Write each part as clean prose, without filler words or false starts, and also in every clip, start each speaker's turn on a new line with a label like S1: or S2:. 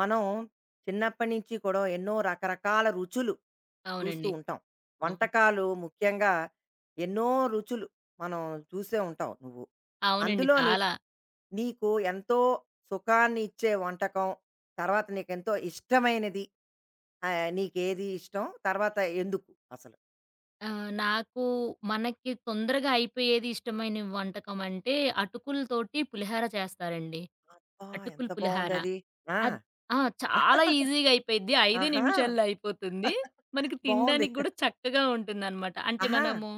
S1: మనం చిన్నప్పటి నుంచి కూడా ఎన్నో రకరకాల రుచులు చూస్తూ
S2: అవునండి.
S1: ఉంటాం.
S2: అవును.
S1: వంటకాలు ముఖ్యంగా ఎన్నో రుచులు మనం చూసే ఉంటావు నువ్వు.
S2: అవునండి.
S1: అందులోని
S2: చాలా.
S1: నీకు ఎంతో సుఖాన్ని ఇచ్చే వంటకం, తర్వాత నీకెంతో ఇష్టమైనది నీకేది ఇష్టం? తర్వాత ఎందుకు అసలు?
S2: నాకు మనకి తొందరగా అయిపోయేది ఇష్టమైన వంటకం అంటే అటుకులతోటి పులిహార చేస్తారండి.
S1: ఆ!
S2: అటుకులు
S1: ఎంత
S2: పులిహార.
S1: బావుందది. ఆ!
S2: అద్ ఆ! చాలా ఈజీగా అయిపోయిద్ది. 5
S1: ఆహా!
S2: నిమిషాల్లో అయిపోతుంది. మనకి
S1: బావుంది.
S2: తినడానికి గూడా చక్కగా ఉంటుందనమాట. అంటే
S1: ఆహా!
S2: మనము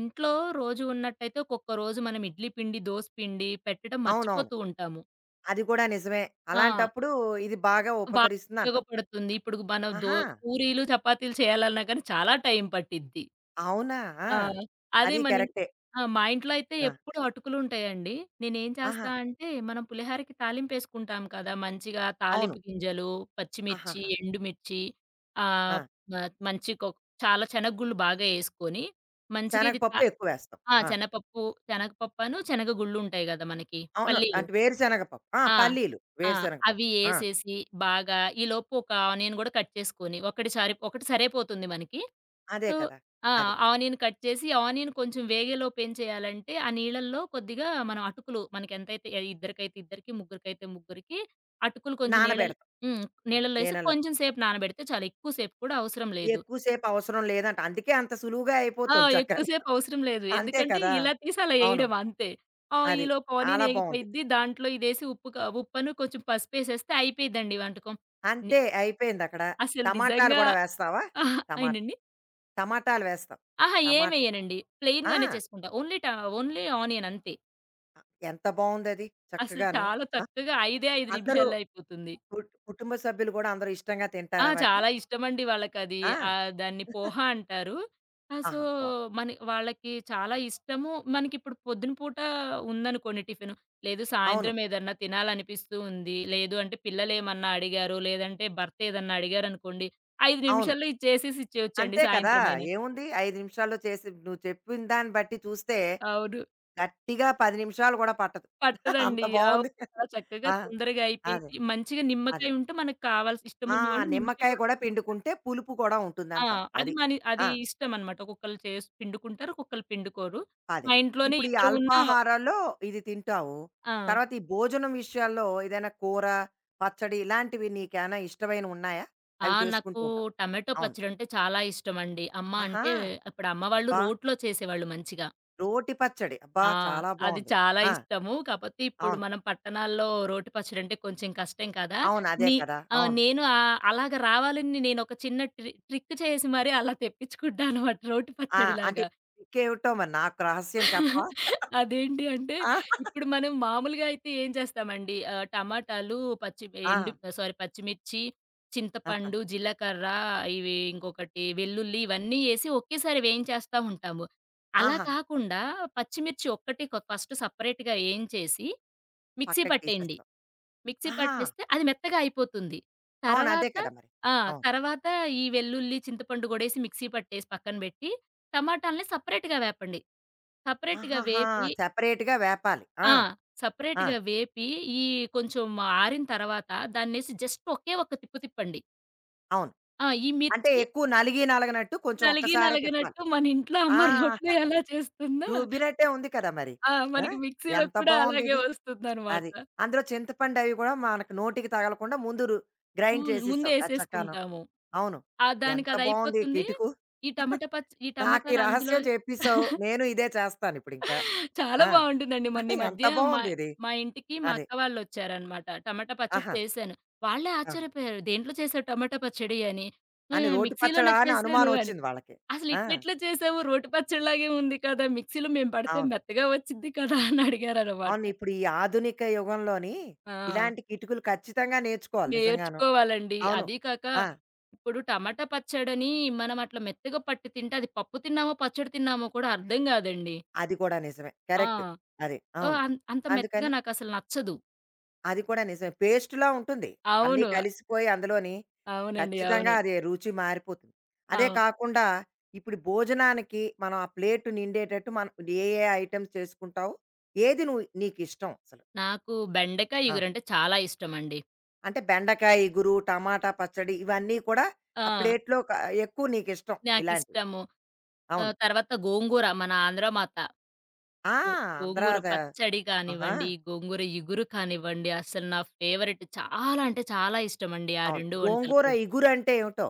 S2: ఇంట్లో రోజు ఉన్నట్టయితే ఒక్కొక్క రోజు మనం ఇడ్లీ పిండి, దోస పిండి పెట్టడం
S1: అవునవును.
S2: మర్చిపోతూ ఉంటాము.
S1: అది కూడా నిజమే.
S2: ఆ!
S1: అలాంటప్పుడు ఇది బాగా
S2: బాగా
S1: ఉపకరిస్తుందంటావు.
S2: ఉపయోగపడుతుంది. ఇప్పుడు మనం
S1: ఆహా!
S2: పూరీలు, చపాతీలు చేయాలన్నా కానీ చాలా టైం పట్టిద్ది.
S1: అవునా! ఆ!
S2: ఆ! అదే
S1: అది
S2: మన ఇం
S1: కరెక్టే.
S2: ఆ! మా ఇంట్లో అయితే
S1: ఆ!
S2: ఎప్పుడూ అటుకులుంటాయండి. నేనేం
S1: ఆహా!
S2: చేస్తా అంటే, మనం పులిహోరకి తాలింపేసుకుంటాం కదా! మంచిగా
S1: అవును.
S2: తాలింపు గింజలు, పచ్చిమిర్చి,
S1: ఆహాహా!
S2: ఎండుమిర్చి, ఆహ్,
S1: ఆ!
S2: మ మంచిగొ చాలా శనగగుళ్ళు బాగా యేసుకొని, మంచిగా ఇది త
S1: శనగపప్పు ఎక్కువేస్తాం.
S2: ఆ!
S1: ఆ!
S2: శనగపప్పు, శనగపప్పను, శనగగుళ్ళుంటాయి గదా! మనకి
S1: అవును.
S2: పల్లీలు.
S1: అంటే వేరుశనగ పప్పు. ఆ!
S2: ఆ!
S1: పల్లీలు,
S2: ఆ!
S1: వేరుశనగ
S2: అవి
S1: పప్పు. ఆ!
S2: యేసేసి బాగా ఈలోపు ఒక ఆనియన్ గూడా కట్ చేసుకొని, ఒకటి సరిపోతుంది మనకి.
S1: అదే
S2: సో
S1: కదా!
S2: ఆ!
S1: అదే.
S2: ఆనియన్ కట్ చేసి, ఆనియన్ కొంచెం వేగేలోపు ఏం చేయాలంటే, ఆ నీళ్ళల్లో కొద్దిగా మనం అటుకులు మనకెంతైతే ఇద్దరికైతే ఇద్దరికి, ముగ్గురికైతే ముగ్గురికి అటుకులు కొంచెం నీళ్ళల్
S1: నానబెడతాం.
S2: హ్మ్. నీళ్ళల్లో ఏసి
S1: నేనలో
S2: కొంచెం సేపు నానబెడితే చాలు. ఎక్కువ సేపు కూడా అవసరం లేదు.
S1: ఎక్కువ సేపు అవసరం లేదంట. అందుకే అంత సులువుగా
S2: ఆ!
S1: అయిపోతుంది
S2: ఎక్కువ
S1: చక్కను.
S2: సేపు అవసరం లేదు.
S1: అంతే
S2: ఎందుకంటే
S1: కదా!
S2: ఇలా తీసి అలా
S1: అవును.
S2: ఏయడం అంతే. ఆ!
S1: అది.
S2: ఈలోపు ఆనియన్
S1: చాలా బావుంది.
S2: ఏగిపోయిద్ది. దాంట్లో ఇదేసి ఉప్పును కొంచెం పసుపేసేస్తే అయిపోయిద్దండి వంటకం. ని
S1: అంతే అయిపోయిందక్కడ.
S2: అసలు
S1: టమాటాలు
S2: నిజంగా
S1: గూడా వేస్తావా? టమా
S2: ఏంటండి?
S1: టమాటాలు వేస్తాం.
S2: అహా!
S1: టమాట
S2: ఏమెయనండి.
S1: ఆ!
S2: ప్లెయిన్‌గానే చేసుకుంటా. ఓన్లీ ఆనియన్ అంతే.
S1: ఎంత బావుందది
S2: అసలు
S1: చక్కగాను.
S2: చాలా చక్కగా 5
S1: అందరూ
S2: నిమిషాల్లో అయిపోతుంది.
S1: కుటుంబ సభ్యులు గూడా అందరూ ఇష్టంగా
S2: ఆ!
S1: తింటారా వాటిని?
S2: చాలా ఇష్టమండి వాళ్ళకది.
S1: ఆ!
S2: దాన్ని పోహ అంటారు. ఆ! సో,
S1: ఆహా! బావుంది.
S2: మన వాళ్ళకి చాలా ఇష్టము. మనకిప్పుడు పొద్దున పూట ఉందనుకోండి టిఫిను, లేదు
S1: అవును.
S2: సాయంత్రం ఏదన్నా తినాలనిపిస్తూ ఉంది, లేదు అంటే పిల్లలేమన్నా అడిగారు, లేదంటే భర్త ఏదన్నా అడిగారనుకోండి, 5
S1: అవును.
S2: నిమిషాల్లో ఇది చేసేసి ఇచ్చేయొచ్చండి
S1: అంతే కదా!
S2: సాయంత్రమైనా.
S1: ఏముంది 5 నిమిషాల్లో చేసి నువ్వు చెప్పిన దాన్ని బట్టి చూస్తే
S2: అవును.
S1: గట్టిగా 10 నిమిషాలు గూడా పట్టదు. అంత
S2: పట్టదండి. అవును.
S1: బావుంది.
S2: చాలా చక్కగా
S1: ఆ!
S2: తొందరగా
S1: అదే.
S2: అయిపోయిద్ది. మంచిగా
S1: అదే.
S2: నిమ్మకాయ ఉంటే మనకు కావాల్సి
S1: ఆ!
S2: ఇష్టమున్నవాళ్ళు నిమ్మకాయ
S1: నిమ్మకాయ
S2: కూడా
S1: కూడా
S2: పిండుకుంటారు.
S1: పిండుకుంటే పులుపు కూడా
S2: ఆ!
S1: ఉంటుందంటావు. అది.
S2: అది
S1: ఆ!
S2: ఇష్టమనమాట. ఒక్కొక్కళ్ళు చేసి పిండుకుంటారు. ఒక్కొక్కళ్ళు పిండుకోరు.
S1: అదే.
S2: మా ఇంట్లోనే
S1: ఇప్పుడు ఈ
S2: ఇద్దరు ఉన్న.
S1: అల్పాహారాల్లో ఇది తింటావు.
S2: ఆ!
S1: తర్వాత ఈ భోజనం విషయాల్లో ఏదైనా కూర, పచ్చడి ఇలాంటివి నీకేమైనా ఇష్టమైనవున్నాయా?
S2: ఆ!
S1: అవి
S2: నాకు
S1: చేసుకుంటూ ఉంటావు.
S2: టమాటో
S1: అవును.
S2: పచ్చడంటే చాలా ఇష్టమండి. అమ్మ
S1: ఆహా!
S2: అంటే ఇప్పుడు అమ్మ వాళ్ళు
S1: అబ్బా!
S2: రోట్లో చేసేవాళ్ళు మంచిగా.
S1: రోటి పచ్చడి. అబ్బా!
S2: ఆ!
S1: చాలా
S2: అది
S1: బావుంది.
S2: చాలా
S1: ఆ!
S2: ఇష్టము. కాపోతే ఇప్పుడు
S1: అవును.
S2: మనం పట్టణాల్లో రోటి పచ్చడంటే కొంచెం కష్టం కదా!
S1: అవును. అదే
S2: నీ
S1: కదా!
S2: ఆ!
S1: అవును.
S2: నేను అలాగా రావాలని నేనొక చిన్న ట్రిక్ చేసి మరి అలా తెప్పించుకుంటా అనమాట రోటి
S1: ఆ! అంటే
S2: పచ్చడిలాగా.
S1: ట్రిక్కేవిటో మరి నాకు రహస్యం చెప్పవా?
S2: అదేంటి అంటే,
S1: ఆ!
S2: ఇప్పుడు మనం మామూలుగా అయితే ఏం చేస్తామండి, టమాటాలు, పచ్చి
S1: ఆ!
S2: ఎండు సారీ పచ్చిమిర్చి,
S1: ఆహా!
S2: చింతపండు, జీలకర్ర, ఇవి ఇంకొకటి వెల్లుల్లి ఇవన్నీ ఏసి ఒకేసారి వేయించేస్తా ఉంటాము. అలా
S1: ఆహాహా!
S2: కాకుండా పచ్చిమిర్చి ఒక్కటి కొ ఫస్ట్ సెపరేట్‌గా ఏయించేసి మిక్సీ
S1: పక్కకి
S2: పట్టేయండి.
S1: తీసేస్తాం.
S2: మిక్సీ
S1: ఆహా!
S2: పట్టేస్తే అది మెత్తగా అయిపోతుంది.
S1: అవును. అదే
S2: తర్వాత
S1: కదా మరి.
S2: ఆ!
S1: అవును.
S2: తర్వాత ఈ వెల్లుల్లి, చింతపండు గూడేసి మిక్సీ పట్టేసి పక్కన బెట్టి, టమాటాలని సెపరేట్‌గా వేపండి. సెపరేట్‌గా
S1: ఆహాహా!
S2: వేపి
S1: సెపరేట్‌గా వేపాలి. ఆ!
S2: ఆ!
S1: ఆ!
S2: సెపరేట్‌గా వేపి, ఈ కొంచెం ఆరిన తర్వాత దాన్నేసి జస్ట్ ఒకే ఒక్క తిప్పు తిప్పండి.
S1: అవును.
S2: ఆ! ఈ
S1: అంటే
S2: మిర్చి
S1: ఎక్కువ నలిగి నలగనట్టు కొంచెం
S2: నలిగి
S1: ఒక్కసారే తిప్పాలి.
S2: నలగనట్టు మన ఇంట్లో
S1: ఆ!
S2: అమ్మ రోట్లో ఎలా చేస్తుందో,
S1: రుబ్బినట్టే ఉంది కదా మరి.
S2: ఆ!
S1: ఆ!
S2: మనకి మిక్సీలో
S1: ఎంత
S2: కూడా అలాగే
S1: బావుందిది.
S2: వస్తుందనమాట.
S1: అది. అందులో చింతపండు అవి గూడా మనకు నోటికి తగలకుండా ముందు గ్రైండ్
S2: హ్మ్. ముందే
S1: చేసేసావు. అది చక్కాను.
S2: ఏసేసుకుంటాము.
S1: అవును.
S2: ఆ!
S1: ఎంత బావుంది ఈ
S2: దానికదయిపోతుంది.
S1: కిటుకు.
S2: ఈ
S1: నాకు ఈ
S2: టమాటాలు అందులో
S1: రహస్యం చెప్పేసావు. నేను ఇదే చేస్తానిప్పుడింకా.
S2: చాలా
S1: ఆ!
S2: బావుంటుందండి. మొన్న ఈ
S1: ఎంత
S2: మధ్య మా
S1: బావుందిది.
S2: మా ఇంటికి మా
S1: అది.
S2: అక్క వాళ్ళొచ్చారనమాట. టమాటా పచ్చడి
S1: ఆహా!
S2: చేశాను. వాళ్ళే
S1: ఆహా!
S2: ఆశ్చర్యపోయారు. "దేంట్లో చేశావు టమాటా పచ్చడి" అని.
S1: అని రోటి
S2: మిక్సీలోనే
S1: పచ్చడా అని
S2: చేశాను" అని.
S1: అనుమానమొచ్చింది వాళ్ళకి.
S2: "అసలు
S1: ఆ!
S2: ఇట్లెట్లా చేశావు? రోటి పచ్చడిలాగే ఉంది కదా! మిక్సీలో మేము పడితే
S1: అవును.
S2: మెత్తగా వచ్చిద్ది కదా!" అని అడిగారనమాట.
S1: అవును. ఇప్పుడు ఈ ఆధునిక యుగంలోని
S2: ఆ!
S1: ఇలాంటి కిటుకులు ఖచ్చితంగా నేర్చుకోవాలి నిజంగాను.
S2: నేర్చుకోవాలండి.
S1: అవును.
S2: అదీ కాక
S1: ఆ!
S2: ఇప్పుడు టమాటా పచ్చడని మనం అట్లా మెత్తగా పట్టి తింటే అది పప్పు తిన్నామో, పచ్చడి తిన్నామో కూడా అర్థం గాదండి.
S1: అది కూడా నిజమే. కరెక్ట్.
S2: ఆ!
S1: అది.
S2: ఓహ్!
S1: అవును.
S2: అంత మెత్తగా
S1: అందుకని
S2: నాకసలు నచ్చదు.
S1: అది కూడా నిజమే. పేస్ట్‌లా ఉంటుంది. అన్నీ
S2: అవును.
S1: కలిసిపోయి అందులోని
S2: అవునండి.
S1: ఖచ్చితంగా
S2: అవును.
S1: అది రుచి మారిపోతుంది. అదే
S2: అవును.
S1: కాకుండా ఇప్పుడు భోజనానికి మనం ఆ ప్లేట్ నిండేటట్టు మనం ఏ ఏ ఐటెమ్స్ చేసుకుంటావో, ఏది నువ్వు నీకిష్టం అసలు?
S2: నాకు బెండకాయ
S1: ఆ!
S2: ఇగురంటే చాలా ఇష్టమండి.
S1: అంటే బెండకాయ ఇగురు, టమాటా పచ్చడి ఇవన్నీ కూడా ఆ
S2: ఆ!
S1: ప్లేట్‌లో ఎక్కువ నీకిష్టం ఇలాంటివి.
S2: నాకిష్టము.
S1: అవును.
S2: తర్వాత గోంగూర మన ఆంధ్ర మాత.
S1: ఆ!
S2: గో
S1: ఆంధ్రా
S2: గోంగూర
S1: ద
S2: పచ్చడి
S1: ఆహా!
S2: కానివ్వండి, గోంగూర ఇగురు కానివ్వండి, అసలు నా ఫేవరెట్ చాలా అంటే చాలా ఇష్టమండి ఆ
S1: అవును.
S2: 2 వంటలు
S1: గోంగూర
S2: కూడా.
S1: ఇగురంటే ఏమిటో?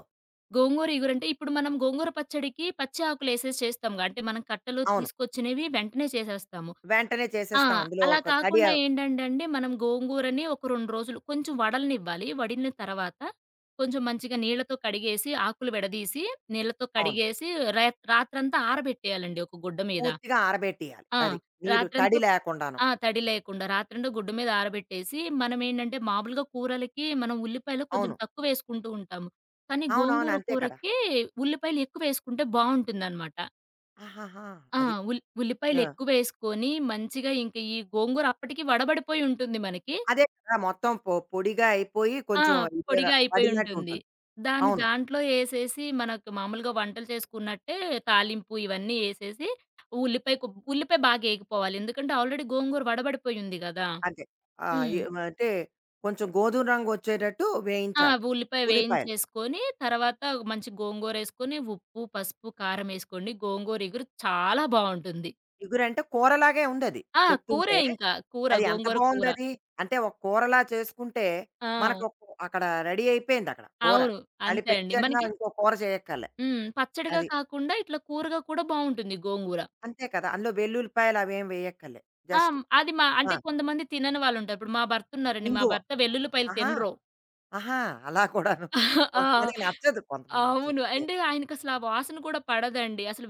S2: గోంగూర ఇగురంటే, ఇప్పుడు మనం గోంగూర పచ్చడికి పచ్చి ఆకులేసేసి చేస్తాంగా. అంటే, మనం కట్టలు
S1: అవును.
S2: తీసుకొచ్చినవి వెంటనే చేసేస్తాము.
S1: వెంటనే
S2: ఆ!
S1: చేసేస్తాం అందులో
S2: అలా
S1: ఒక తడి
S2: కాకుండా ఏంటంటే అండి, మనం గోంగూరని ఒక 2 రోజులు కొంచెం వడలనివ్వాలి. వడిలిన తర్వాత, కొంచెం మంచిగా నీళ్ళతో కడిగేసి, ఆకులు విడదీసి, నీళ్ళతో
S1: అవును.
S2: కడిగేసి, రా రాత్రంతా ఆరబెట్టేయాలండి ఒక గుడ్డ మీద.
S1: పూర్తిగా ఆరబెట్టేయాలి.
S2: ఆ!
S1: అది. నీరు
S2: రాత్రంతా
S1: తడి లేకుండాను.
S2: ఆ! తడి లేకుండా రాత్రంతా గుడ్డు మీద ఆరబెట్టేసి, మనమేంటంటే మామూలుగా కూరలకి మనం ఉల్లిపాయలు కొంచెం
S1: అవును.
S2: తక్కువ వేసుకుంటూ ఉంటాము. కానీ
S1: అవునవును.
S2: గోంగూర
S1: అంతే కదా!
S2: కూరకి ఉల్లిపాయలు ఎక్కువేసుకుంటే బావుంటుందనమాట.
S1: ఆహాహా!
S2: ఆ!
S1: అది.
S2: ఉల్లిపాయలు
S1: యాహ్!
S2: ఎక్కువేసుకొని మంచిగా ఇంక ఈ గోంగూర అప్పటికి వడబడిపోయి ఉంటుంది మనకి.
S1: అదే కదా! మొత్తం పొడిగా అయిపోయి
S2: ఆ!
S1: కొంచెం ఇదర
S2: పొడిగా అయిపోయి
S1: వడిలినట్టు
S2: ఉంటుంది.
S1: ఉంటుంది. అవును.
S2: దాంట్లో ఏసేసి మనకు మామూలుగా వంటలు చేసుకున్నట్టే తాలింపు ఇవన్నీ ఏసేసి ఉల్లిపాయ కొ ఉల్లిపాయ బాగా ఏగిపోవాలి. ఎందుకంటే ఆల్రెడీ గోంగూర వడబడిపోయి ఉంది గదా!
S1: అంతే. ఆహ్,
S2: హ్మ్.
S1: ఎ అంటే కొంచెం గోధుమ రంగు వచ్చేటట్టు
S2: ఆ!
S1: వేయించాలి
S2: ఉల్లిపాయ
S1: ఉల్లిపాయలు.
S2: వేయించేసుకొని, తర్వాత మంచి గోంగూరేసుకొని, ఉప్పు, పసుపు, కారం ఏసుకోండి. గోంగూర ఇగురు చాలా బావుంటుంది.
S1: ఇగురంటే కూరలాగే ఉందది.
S2: ఆ! కూరే
S1: చెప్తుంటే
S2: ఇంకా. కూర,
S1: అది ఎంత
S2: గోంగూర కూర.
S1: బావుందది. అంటే ఒక కూరలా చేసుకుంటే
S2: ఆ!
S1: మనకు ఒక అక్కడ రెడీ అయిపోయిందక్కడ కూర.
S2: అవును.
S1: మళ్ళీ
S2: అంతే అండి.
S1: ప్రత్యేకంగా
S2: మనకి
S1: ఇంకో కూర చేయక్కర్లే.
S2: హ్మ్. పచ్చడిగా
S1: అది.
S2: కాకుండా ఇట్లా కూరగా కూడా బావుంటుంది గోంగూర.
S1: అంతే కదా! అందులో వెల్లుల్లిపాయలు అవేం వేయక్కర్లేదు.
S2: ఆ!
S1: జస్ట్
S2: హ్మ్. అది మా
S1: ఆ!
S2: అంటే కొంతమంది తినని వాళ్ళుంటారు. ఇప్పుడు మా భర్త ఉన్నారండి. మా
S1: ఇంగువ.
S2: భర్త వెల్లుల్లిపాయలు
S1: ఆహా!
S2: తినరు.
S1: ఆహా! అలా కూడాను.
S2: ఆ!
S1: కొంతమందికి నచ్చదు. కొంతమంది నచ్చదు.
S2: అవును.
S1: అదే.
S2: అంటే ఆయనకసల ఆ వాసన కూడా పడదండి. అసలు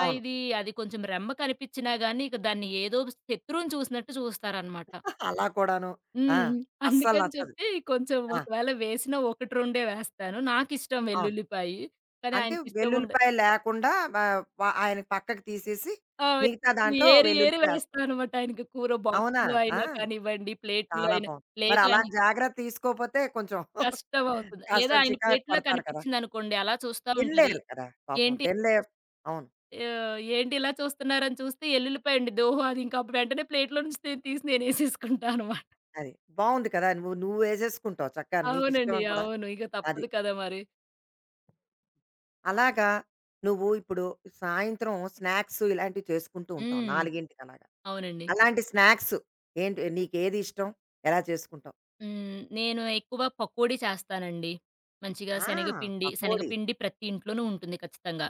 S1: అవును.
S2: అది కొంచెం రెమ్మ కనిపిచ్చినా గాని ఇక దాన్ని ఏదో శత్రువుని చూసినట్టు చూస్తారనమాట.
S1: అలా కూడాను. ఆ!
S2: హ్మ్.
S1: అస్సలు
S2: అందుకని
S1: నచ్చదు.
S2: చెప్పి కొంచెం
S1: ఆ!
S2: ఒకవేళ వేసినా 1, 2 వేస్తాను. నాకిష్టం
S1: అవును.
S2: వెల్లుల్లిపాయి. కానీ
S1: అంటే
S2: ఆయనకిష్టం ఉండ
S1: వెల్లుల్లిపాయ లేకుండా వ వ ఆయన పక్కకి తీసేసి
S2: ఆ!
S1: మిగతా దాంట్లో
S2: ఏరి ఏరి
S1: వెల్లుల్లిపాయ ఏస్తావు.
S2: వేస్తాననమాట ఆయనకి కూర
S1: అవునా?
S2: బాక్స్‌లో
S1: ఆ!
S2: అయినా కానివ్వండి, ప్లేట్‌లో
S1: చాలా
S2: అయినా.
S1: బావుంది. మరి
S2: లేదు అని
S1: అలాంటి జాగ్రత్త తీసుకోపోతే కొంచెం
S2: కష్టమవుతుంది. లేదా
S1: కష్టం
S2: ఆయన
S1: చికాకు
S2: ప్లేట్‌లో
S1: పడతారు కదా!
S2: కనిపిచ్చిందనుకోండి అలా చూస్తా ఉంటారు.
S1: తినలేరు కదా! పాపం
S2: ఏంటి
S1: తినలేరు. అవును.
S2: ఆహ్, ఏంటి ఇలా చూస్తున్నారని చూస్తే ఎల్లుల్లిపాయ ఉండిద్ది. ఓహో! అది ఇంకా అప్పుడు వెంటనే ప్లేట్‌లో నుంచి నేను తీసి నేనేసేసుకుంటా అనమాట.
S1: అది. బావుంది కదా! నువ్వేసేసుకుంటావు చక్కగా
S2: అవునండి.
S1: నీకిష్టం కూడా.
S2: అవును. ఇక
S1: అది.
S2: తప్పదు కదా! మరి.
S1: అలాగా నువ్వు ఇప్పుడు సాయంత్రం స్నాక్స్ ఇలాంటివి చేసుకుంటూ ఉంటావు
S2: హ్మ్.
S1: 4కి అలాగా.
S2: అవునండి.
S1: అలాంటి స్నాక్స్ ఏంటి నీకేది ఇష్టం? ఎలా చేసుకుంటావు?
S2: హ్మ్. నేను ఎక్కువ పకోడీ చేస్తానండి. మంచిగా
S1: ఆ!
S2: శనగపిండి
S1: పకోడీ.
S2: శనగపిండి ప్రతి ఇంట్లోనూ ఉంటుంది ఖచ్చితంగా.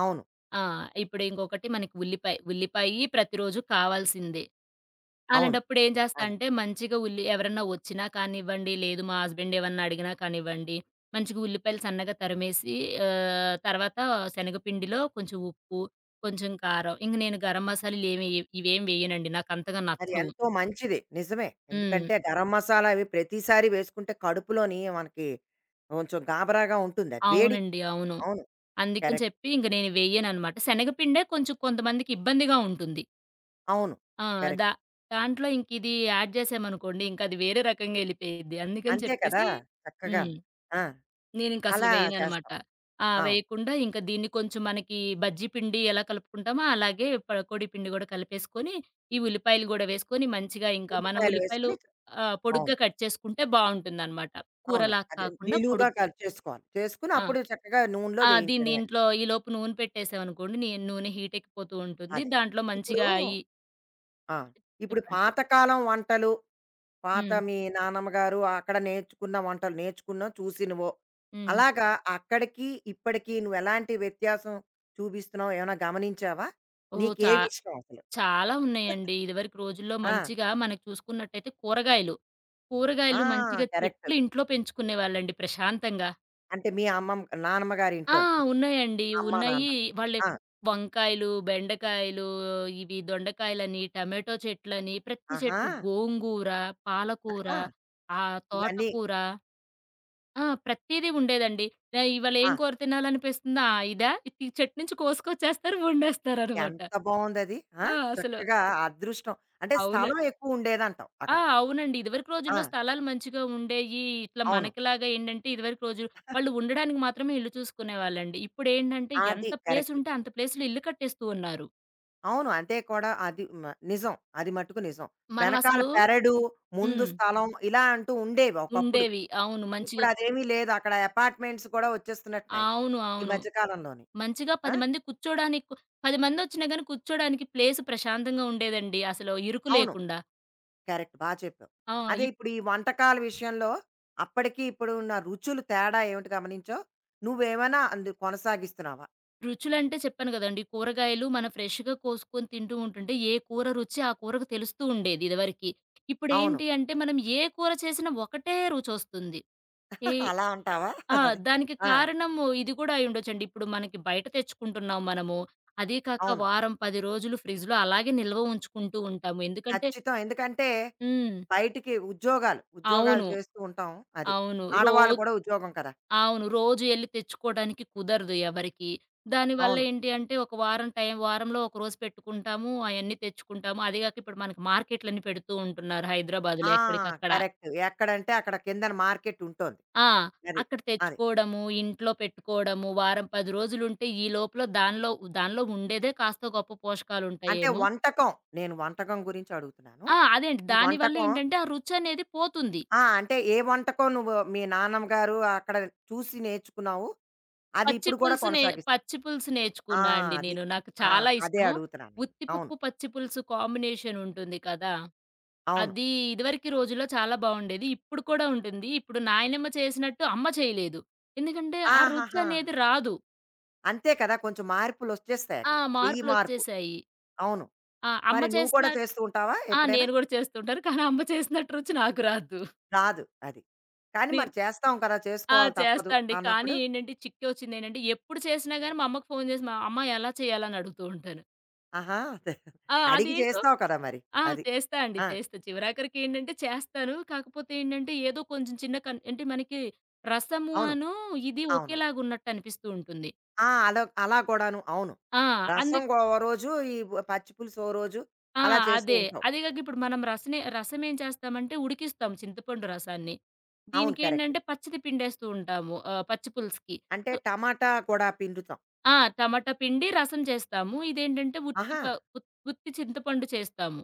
S1: అవును.
S2: ఆ! ఇప్పుడు ఇంకొకటి మనకి ఉల్లిపాయ. ఉల్లిపాయి ప్రతిరోజు కావాల్సిందే.
S1: అవును.
S2: అలాంటప్పుడు ఏం చేస్తా
S1: అదే.
S2: అంటే మంచిగా ఉల్లి ఎవరన్నా వచ్చినా కానివ్వండి, లేదు మా హస్బెండ్ ఏమన్నా అడిగినా కానివ్వండి, మంచిగా ఉల్లిపాయలు సన్నగా తరిమేసి, తర్వాత శనగపిండిలో కొంచెం ఉప్పు, కొంచెం కారం ఇంక నేను గరం మసాలాలు ఇవేం వేయనండి. నాకంతగా
S1: అది
S2: నచ్చవు.
S1: ఎంతో మంచిది. నిజమే.
S2: హ్మ్.
S1: ఎందుకంటే గరం మసాలా అవి ప్రతిసారి వేసుకుంటే కడుపులోని మనకి కొంచెం గాబరాగా ఉంటుంది అది. వేడికి.
S2: అవునండి. అవును.
S1: అవును.
S2: అందుకని
S1: కరెక్ట్.
S2: చెప్పి ఇంక నేను వేయననమాట. శనగపిండే కొంచెం కొంతమందికి ఇబ్బందిగా ఉంటుంది.
S1: అవును.
S2: ఆ! దా
S1: కరెక్ట్.
S2: దాంట్లో ఇంకిది యాడ్ చేసామనుకోండి ఇంకది వేరే రకంగా ఎళ్ళిపోయిద్ది. అందుకని
S1: అంతే కదా!
S2: చెప్పేసి హ్మ్.
S1: చక్కగాను. ఆ!
S2: నేనింక అసలు
S1: అలా
S2: వేయననమాట.
S1: చేస్తావు.
S2: ఆ!
S1: అవును.
S2: వేయకుండా ఇంక దీన్ని కొంచెం మనకి బజ్జీ పిండి ఎలా కలుపుకుంటామో అలాగే పకోడీ పిండి గూడా కలిపేసుకొని, ఈ ఉల్లిపాయలు గూడా వేసుకొని మంచిగా ఇంకా మనం
S1: ఉల్లిపాయలు
S2: ఉల్లిపాయలు
S1: వేసుకొని
S2: పొడుగ్గా
S1: అవును.
S2: కట్ చేసుకుంటే బావుంటుందనమాట.
S1: అవును.
S2: కూరలా
S1: అదే
S2: కాకుండా
S1: నిలువుగా
S2: పొడుగ్గా.
S1: కట్ చేసుకోవాలి. చేసుకొని
S2: ఆ!
S1: అప్పుడు చక్కగా నూనెలో
S2: ఆ!
S1: వేయించడమే.
S2: దీంట్లో ఈలోపు నూనె పెట్టేసామనుకోండి నూనె హీటెక్కిపోతూ ఉంటుంది.
S1: అదే.
S2: దాంట్లో
S1: ఇప్పుడు
S2: మంచిగా ఈ
S1: ఆ! ఇప్పుడు
S2: చెప్పండి.
S1: పాతకాలం వంటలు, పాత
S2: హ్మ్.
S1: మీ నానమ్మ గారు అక్కడ నేర్చుకున్న వంటలు నేర్చుకున్నావు, చూసినవో.
S2: హ్మ్.
S1: అలాగా అక్కడికి, ఇప్పటికి నువ్వెలాంటి వ్యత్యాసం చూపిస్తున్నావో ఏమైనా గమనించావా?
S2: ఓహ్!
S1: నీకేవి ఇష్టం అసలు?
S2: చాలా ఉన్నాయండి. ఇదివరకు రోజుల్లో
S1: ఆ!
S2: మంచిగా మనకు చూసుకున్నట్టయితే కూరగాయలు.
S1: ఆ!
S2: కూరగాయలు మంచిగా
S1: కరెక్ట్.
S2: చెట్లు ఇంట్లో పెంచుకునేవాళ్ళండి ప్రశాంతంగా.
S1: అంటే మీ అమ్మమ్మ నానమ్మ
S2: ఆ!
S1: గారింట్లోని.
S2: ఉన్నాయండి.
S1: అమ్మ, నాన్న.
S2: ఉన్నాయి. వాళ్ళే
S1: ఆ!
S2: వంకాయలు, బెండకాయలు, ఇవి దొండకాయలని, టమాటో చెట్లని, ప్రతి
S1: ఆహా!
S2: చెట్టు గోంగూర, పాలకూర,
S1: ఆ! ఇవన్నీ
S2: తోటకూర. ఆ! ప్రతీదీ ఉండేదండి. ఇవాళ ఏం
S1: ఆ!
S2: కూర తినాలనిపిస్తుందా? ఆ! ఇదా? ఈ చెట్టు నుంచి కోసుకొచ్చేస్తారు, వండేస్తారనమాట.
S1: ఎంత బావుందది. ఆ!
S2: ఆ! అసలు
S1: చక్కగా అదృష్టం. అంటే
S2: అవును.
S1: స్థలం ఎక్కువ ఉండేదంటావు
S2: ఆ!
S1: అక్కడ.
S2: అవునండి. ఇదివరకు
S1: ఆ!
S2: రోజుల్లో స్థలాలు మంచిగా ఉండేయి. ఇట్లా
S1: అవును.
S2: మనకిలాగా ఏంటంటే, ఇదివరకు రోజులు వాళ్ళు ఉండడానికి మాత్రమే ఇల్లు చూసుకునేవాళ్ళండి. ఇప్పుడేంటంటే, ఎంత
S1: అది
S2: ప్లేస్
S1: కరెక్ట్.
S2: ఉంటే అంత ప్లేస్‌లో ఇల్లు కట్టేస్తూ ఉన్నారు.
S1: అవును. అంతే కూడా అది మ నిజం. అది మట్టుకు నిజం.
S2: మనం
S1: వెనకాల
S2: అసలు
S1: పెరడు, ముందు
S2: హ్మ్.
S1: స్థలం ఇలా అంటూ ఉండేవి ఒకప్పుడు.
S2: ఉండేవి. అవును. మంచిగా
S1: ఇప్పుడు అదేమీ లేదు. అక్కడ అపార్ట్మెంట్స్ కూడా వచ్చేస్తున్నట్టున్నాయి.
S2: అవును.
S1: ఈ
S2: అవును.
S1: మధ్య కాలంలోని.
S2: మంచిగా
S1: ఆ!
S2: 10 మందొచ్చినా గాని కూర్చోడానికి ప్లేస్ ప్రశాంతంగా ఉండేదండి. అసలు ఇరుకు
S1: అవును.
S2: లేకుండా.
S1: కరెక్ట్. బా చెప్పావు.
S2: ఆ!
S1: అదే
S2: ఇప్
S1: ఇప్పుడు ఈ వంటకాల విషయంలో అప్పటికి ఇప్పుడు ఉన్న రుచులు తేడా ఏమిటి గమనించావు? నువ్వేమైనా అందు కొనసాగిస్తున్నావా?
S2: రుచులంటే చెప్పాను గదండీ! కూరగాయలు మనం ఫ్రెష్‌గా కోసుకొని తింటూ ఉంటుంటే, ఏ కూర రుచి ఆ కూరకు తెలుస్తూ ఉండేది ఇదివరకి.
S1: అవును.
S2: ఇప్పుడేంటి అంటే, మనం ఏ కూర చేసినా ఒకటే రుచొస్తుంది. ఏ
S1: అలా అంటావా?
S2: ఆ!
S1: అది.
S2: దానికి
S1: ఆ!
S2: కారణము ఇది గూడా అయ్యుండొచ్చండి. ఇప్పుడు మనకి బయట తెచ్చుకుంటున్నాం మనము. అదీ కాక
S1: అవును.
S2: వారం, 10 రోజులు ఫ్రిడ్జ్‌లో అలాగే నిల్వ ఉంచుకుంటూ ఉంటాము. ఎందుకంటే
S1: ఖచ్చితం. ఎందుకంటే
S2: హ్మ్.
S1: బయటికి ఉద్యోగాలు, ఉద్యోగాలు
S2: అవును.
S1: చేస్తూ ఉంటాం. అది.
S2: అవును.
S1: ఆడవాళ్ళు కూడా ఉద్యోగం కదా!
S2: అవును. రోజు ఎళ్లి తెచ్చుకోవడానికి కుదరదు ఎవరికీ. దానివల్ల
S1: అవును.
S2: ఏంటి అంటే, ఒక వారం టైం వారంలో ఒక రోజు పెట్టుకుంటాము. అయన్నీ తెచ్చుకుంటాము. అది గాక ఇప్పుడు మనకి మార్కెట్‌లని పెడుతూ ఉంటున్నారు హైదరాబాద్‌లో
S1: ఆ!
S2: ఎక్కడికక్కడ.
S1: కరెక్ట్. ఎక్కడంటే అక్కడ కిందన మార్కెట్ ఉంటోంది.
S2: ఆ!
S1: అది.
S2: అక్కడ
S1: అది.
S2: తెచ్చుకోవడము, ఇంట్లో పెట్టుకోవడము, వారం 10 రోజులుంటే ఈ లోపల దానిలో దానిలో ఉండేదే కాస్తో గొప్పో
S1: అంటే
S2: పోషకాలుంటాయేమో.
S1: వంటకం, నేను వంటకం గురించి అడుగుతున్నాను.
S2: ఆ! అదేంటి
S1: ఈ
S2: దానివల్ల
S1: వంటకం
S2: ఏంటంటే, ఆ రుచనేది పోతుంది.
S1: ఆ! అంటే ఏ వంటకం నువ్వు మీ నాన్నమ్మగారు అక్కడ చూసి నేర్చుకున్నావు? అది
S2: పచ్చి
S1: ఇప్పుడు కూడా
S2: పులుసు నే
S1: కొనసాగిస్
S2: పచ్చి పులుసు
S1: ఆ!
S2: నేర్చుకున్నా అండి
S1: అది.
S2: నేను. నాకు
S1: ఆ!
S2: చాలా
S1: అదే
S2: ఇష్టము.
S1: అడుగుతున్నాను నేను. అవును.
S2: ఉత్తిపప్పు, పచ్చి పులుసు కాంబినేషన్ ఉంటుంది కదా!
S1: అవును.
S2: అది ఇదివరకి రోజుల్లో చాలా బావుండేది. ఇప్పుడు కూడా ఉంటుంది. ఇప్పుడు నాయనమ్మ చేసినట్టు అమ్మ చేయలేదు. ఎందుకంటే ఆ రుచి
S1: ఆహాహా!
S2: అనేది రాదు.
S1: అంతే కదా! కొంచెం మార్పులొచ్చేస్తాయి
S2: ఆ!
S1: అక్కడ. చెయ్యి మార్పు.
S2: మార్పులొచ్చేసాయి.
S1: అవును.
S2: ఆ! అమ్మ
S1: మరి నువ్వు
S2: చేసిన
S1: కూడా చేస్తూ ఉంటావా
S2: ఆ!
S1: ఎప్పుడైనా?
S2: నేను గూడా చేస్తుంటాను. కానీ అమ్మ చేసినట్టు రుచి నాకు రాదు.
S1: రాదు అది. కానీ మరి
S2: నేను
S1: చేస్తాం కదా!
S2: ఆ!
S1: చేసుకోవాలి తప్పదు
S2: చేస్తా అండి. కానీ
S1: అన్నప్పుడు
S2: ఏంటంటే చిక్కొచ్చిందేంటంటే ఎప్పుడు చేసినా గాని మా అమ్మకు ఫోను చేసి, "మా అమ్మ ఎలా చేయాలి?" అని అడుగుతూ ఉంటాను.
S1: ఆహా! అదే.
S2: ఆ!
S1: అడిగి
S2: అదేంటో
S1: చేస్తావు కదా మరి.
S2: ఆ!
S1: అది.
S2: చేస్తా అండి.
S1: ఆ!
S2: చేస్తా. చివరాఖరికేంటంటే చేస్తాను. కాకపోతే ఏంటంటే ఏదో కొంచెం చిన్న అంటే మనకి రసము
S1: అవును.
S2: అను ఇది
S1: అవునవును.
S2: ఒకేలాగున్నట్టు అనిపిస్తూ ఉంటుంది.
S1: ఆ! అలా అలా కూడాను. అవును.
S2: ఆ!
S1: రసం
S2: అందుక్
S1: గో ఓ రోజు, ఈ పచ్చి పులుసు ఓ రోజు
S2: ఆ!
S1: అలా చేస్తూ
S2: అదే.
S1: ఉంటావు.
S2: అదే కాక ఇప్పుడు మనం రసం ఏం చేస్తామంటే ఉడికిస్తాం చింతపండు రసాన్ని.
S1: అవును. కరెక్ట్.
S2: దీనికేంటంటే పచ్చిది పిండేస్తూ ఉంటాము. పచ్చి పులుసుకి.
S1: అంటే
S2: సో
S1: టమాటా కూడా పిండుతాం.
S2: ఆ! టమాటా పిండి రసం చేస్తాము. ఇదేంటంటే ఉత్తి
S1: ఆహా!
S2: ప ఉత్ ఉత్తి చింతపండు చేస్తాము.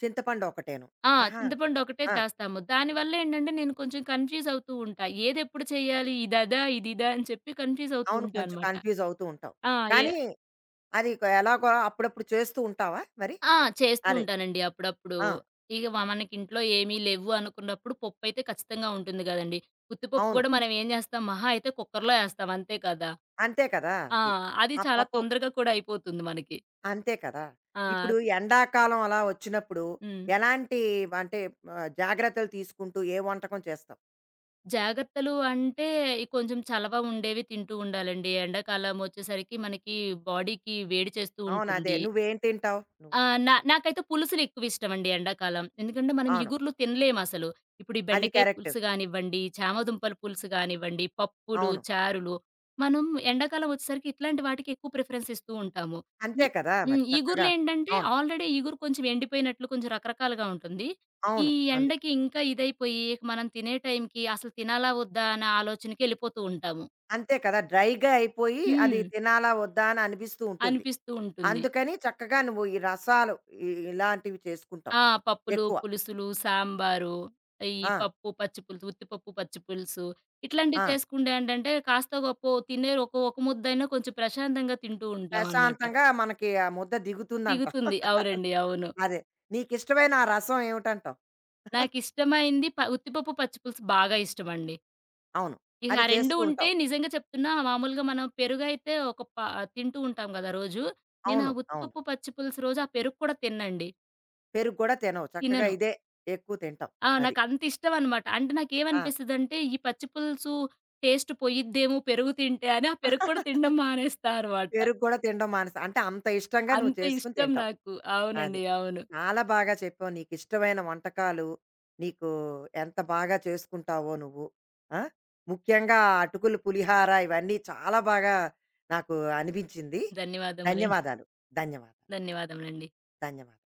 S1: చింతపండు ఒకటేను.
S2: ఆ!
S1: ఆహా!
S2: చింతపండు ఒకటే
S1: ఆ!
S2: చేస్తాము. దానివల్ల ఏంటంటే నేను కొంచెం కన్‌ఫ్యూజ్ అవుతూ ఉంటా. ఏదెప్పుడు చేయాలి? ఇదదా? ఇదిదా? అని చెప్పి కన్‌ఫ్యూజ్ అవుతూ
S1: అవును.
S2: ఉంటా
S1: కొంచెం
S2: అనమాట.
S1: కన్‌ఫ్యూజ్ అవుతూ ఉంటావు.
S2: ఆ! ఏ
S1: కానీ అది క ఎలాగో అప్పుడప్పుడు చేస్తూ ఉంటావా మరి?
S2: ఆ! చేస్తూ
S1: అదే.
S2: ఉంటానండి అప్పుడప్పుడు.
S1: ఆ!
S2: ఇగ మ మనకింట్లో ఏమీ లేవు అనుకున్నప్పుడు పప్పయితే ఖచ్చితంగా ఉంటుంది గదండీ. ఉత్తిపప్పు
S1: అవును.
S2: గూడా మనం ఏం జేస్తాం మహా అయితే కుక్కర్‌లో యేస్తాం అంతే కదా!
S1: అంతే కదా!
S2: ఆ!
S1: అది.
S2: అది
S1: ఆ
S2: చాలా
S1: పప్పు
S2: తొందరగా కూడా అయిపోతుంది మనకి.
S1: అంతే కదా!
S2: ఆ!
S1: ఇప్పుడు ఎండాకాలం అలా వచ్చినప్పుడు
S2: హ్మ్.
S1: ఎలాంటి అంటే జాగ్రత్తలు తీసుకుంటూ ఏ వంటకం చేస్తావు?
S2: జాగ్రత్తలు అంటే, ఈ కొంచెం చలవ ఉండేవి తింటూ ఉండాలండి. ఎండాకాలం వచ్చేసరికి మనకి బాడీకి వేడి చేస్తూ
S1: అవును. అదే.
S2: ఉంటుంది.
S1: నువ్వేం తింటావు? నువ్వు
S2: ఆ! నాకైతే పులుసులెక్కువిష్టమండి ఎండాకాలం. ఎందుకంటే మనం
S1: అవును.
S2: ఇగుర్లు తినలేమసలు. ఇప్పుడు ఈ
S1: అది
S2: బెండకాయ
S1: కరెక్ట్.
S2: పులుసు గానివ్వండి, చామదుంపల పులుసు గానివ్వండి, పప్పులు,
S1: అవును.
S2: చారులు. మనం ఎండాకాలం వచ్చేసరికి ఇట్లాంటి వాటికి ఎక్కువ ప్రిఫరెన్స్ ఇస్తూ ఉంటాము. ఇ
S1: అంతే కదా!
S2: హ్మ్.
S1: మరి చక్కగా.
S2: ఇగుర్లేంటంటే
S1: అవును.
S2: ఆల్రెడీ ఇగురు కొంచెం ఎండిపోయినట్లు కొంచెం రకరకాలుగా ఉంటుంది. ఈ
S1: అవును. అందుకు.
S2: ఎండకి ఇంకా ఇదైపోయి మనం తినే టైంకి అసలు తినాలా? వద్దా? అనే ఆలోచనకెళ్ళిపోతూ ఉంటాము.
S1: అంతే కదా! డ్రైగా అయిపోయి అది
S2: హ్మ్.
S1: తినాలా? వద్దా? అని అనిపిస్తూ ఉంటుంది.
S2: అనిపిస్తూ ఉంటుంది.
S1: అందుకని చక్కగా నువ్వు ఈ రసాలు ఇలాంటివి చేసుకుంటావు
S2: ఆ! పప్పులు,
S1: ఎక్కువ.
S2: పులుసులు, సాంబారు, ఈ
S1: ఆ!
S2: పప్పు, పచ్చిపులుసు, ఉత్తిపప్పు, పచ్చిపులుసు ఇట్లాంటివి
S1: ఆ!
S2: చేసుకుంటే ఏంటంటే, కాస్తో గొప్పో తినే ఒక ఒక ముద్దైనా కొంచెం ప్రశాంతంగా తింటూ ఉంటామనమాట.
S1: ప్రశాంతంగా మనకి ఆ ముద్ద దిగుతుందంటావు.
S2: దిగుతుంది. అవునండి. అవును.
S1: అదే. నీకిష్టమైన ఆ రసం ఏమిటంటావు?
S2: నాకిష్టమైంది ఉత్తిపప్పు, పచ్చిపులుసు బాగా ఇష్టమండి.
S1: అవును.
S2: ఇక
S1: అది
S2: ఆ 2
S1: చేస్తూ
S2: ఉంటే
S1: ఉంటావు.
S2: నిజంగా చెప్తున్నా మామూలుగా మనం పెరుగైతే ఒక ప తింటూ ఉంటాం గదా రోజు. నేను ఆ
S1: అవును. అవును.
S2: ఉత్తిపప్పు, పచ్చిపులుసు రోజు ఆ పెరుగు కూడా తిననండి.
S1: పెరుగు గూడా తినవు. చక్కగా
S2: తినను.
S1: ఇదే ఎక్కువ తింటావు.
S2: ఆ!
S1: అది.
S2: నాకంతిష్టమనమాట. అంటే
S1: ఆ!
S2: నాకేమనిపిస్తదంటే, ఈ పచ్చి పులుసు టేస్ట్ పోయిద్దేమో పెరుగు తింటే అని, ఆ పెరుగు కూడా తినడం మానేస్తా అనమాట.
S1: పెరుగు గూడా తినడం మానేసావు. అంటే అంత ఇష్టంగా నువ్వు
S2: అంత
S1: చేసుకొని
S2: ఇష్టం
S1: తింటావు.
S2: నాకు.
S1: అది.
S2: అవునండి. అవును.
S1: చాలా బాగా చెప్పావు. నీకిష్టమైన వంటకాలు, నీకు ఎంత బాగా చేసుకుంటావో నువ్వు. ఆ! ముఖ్యంగా అటుకులు పులిహార ఇవన్నీ చాలా బాగా నాకు అనిపించింది.
S2: ధన్యవాదములండి.
S1: ధన్యవాదాలు. ధన్యవాదాలు.
S2: ధన్యవాదములండి.
S1: ధన్యవాదాలు.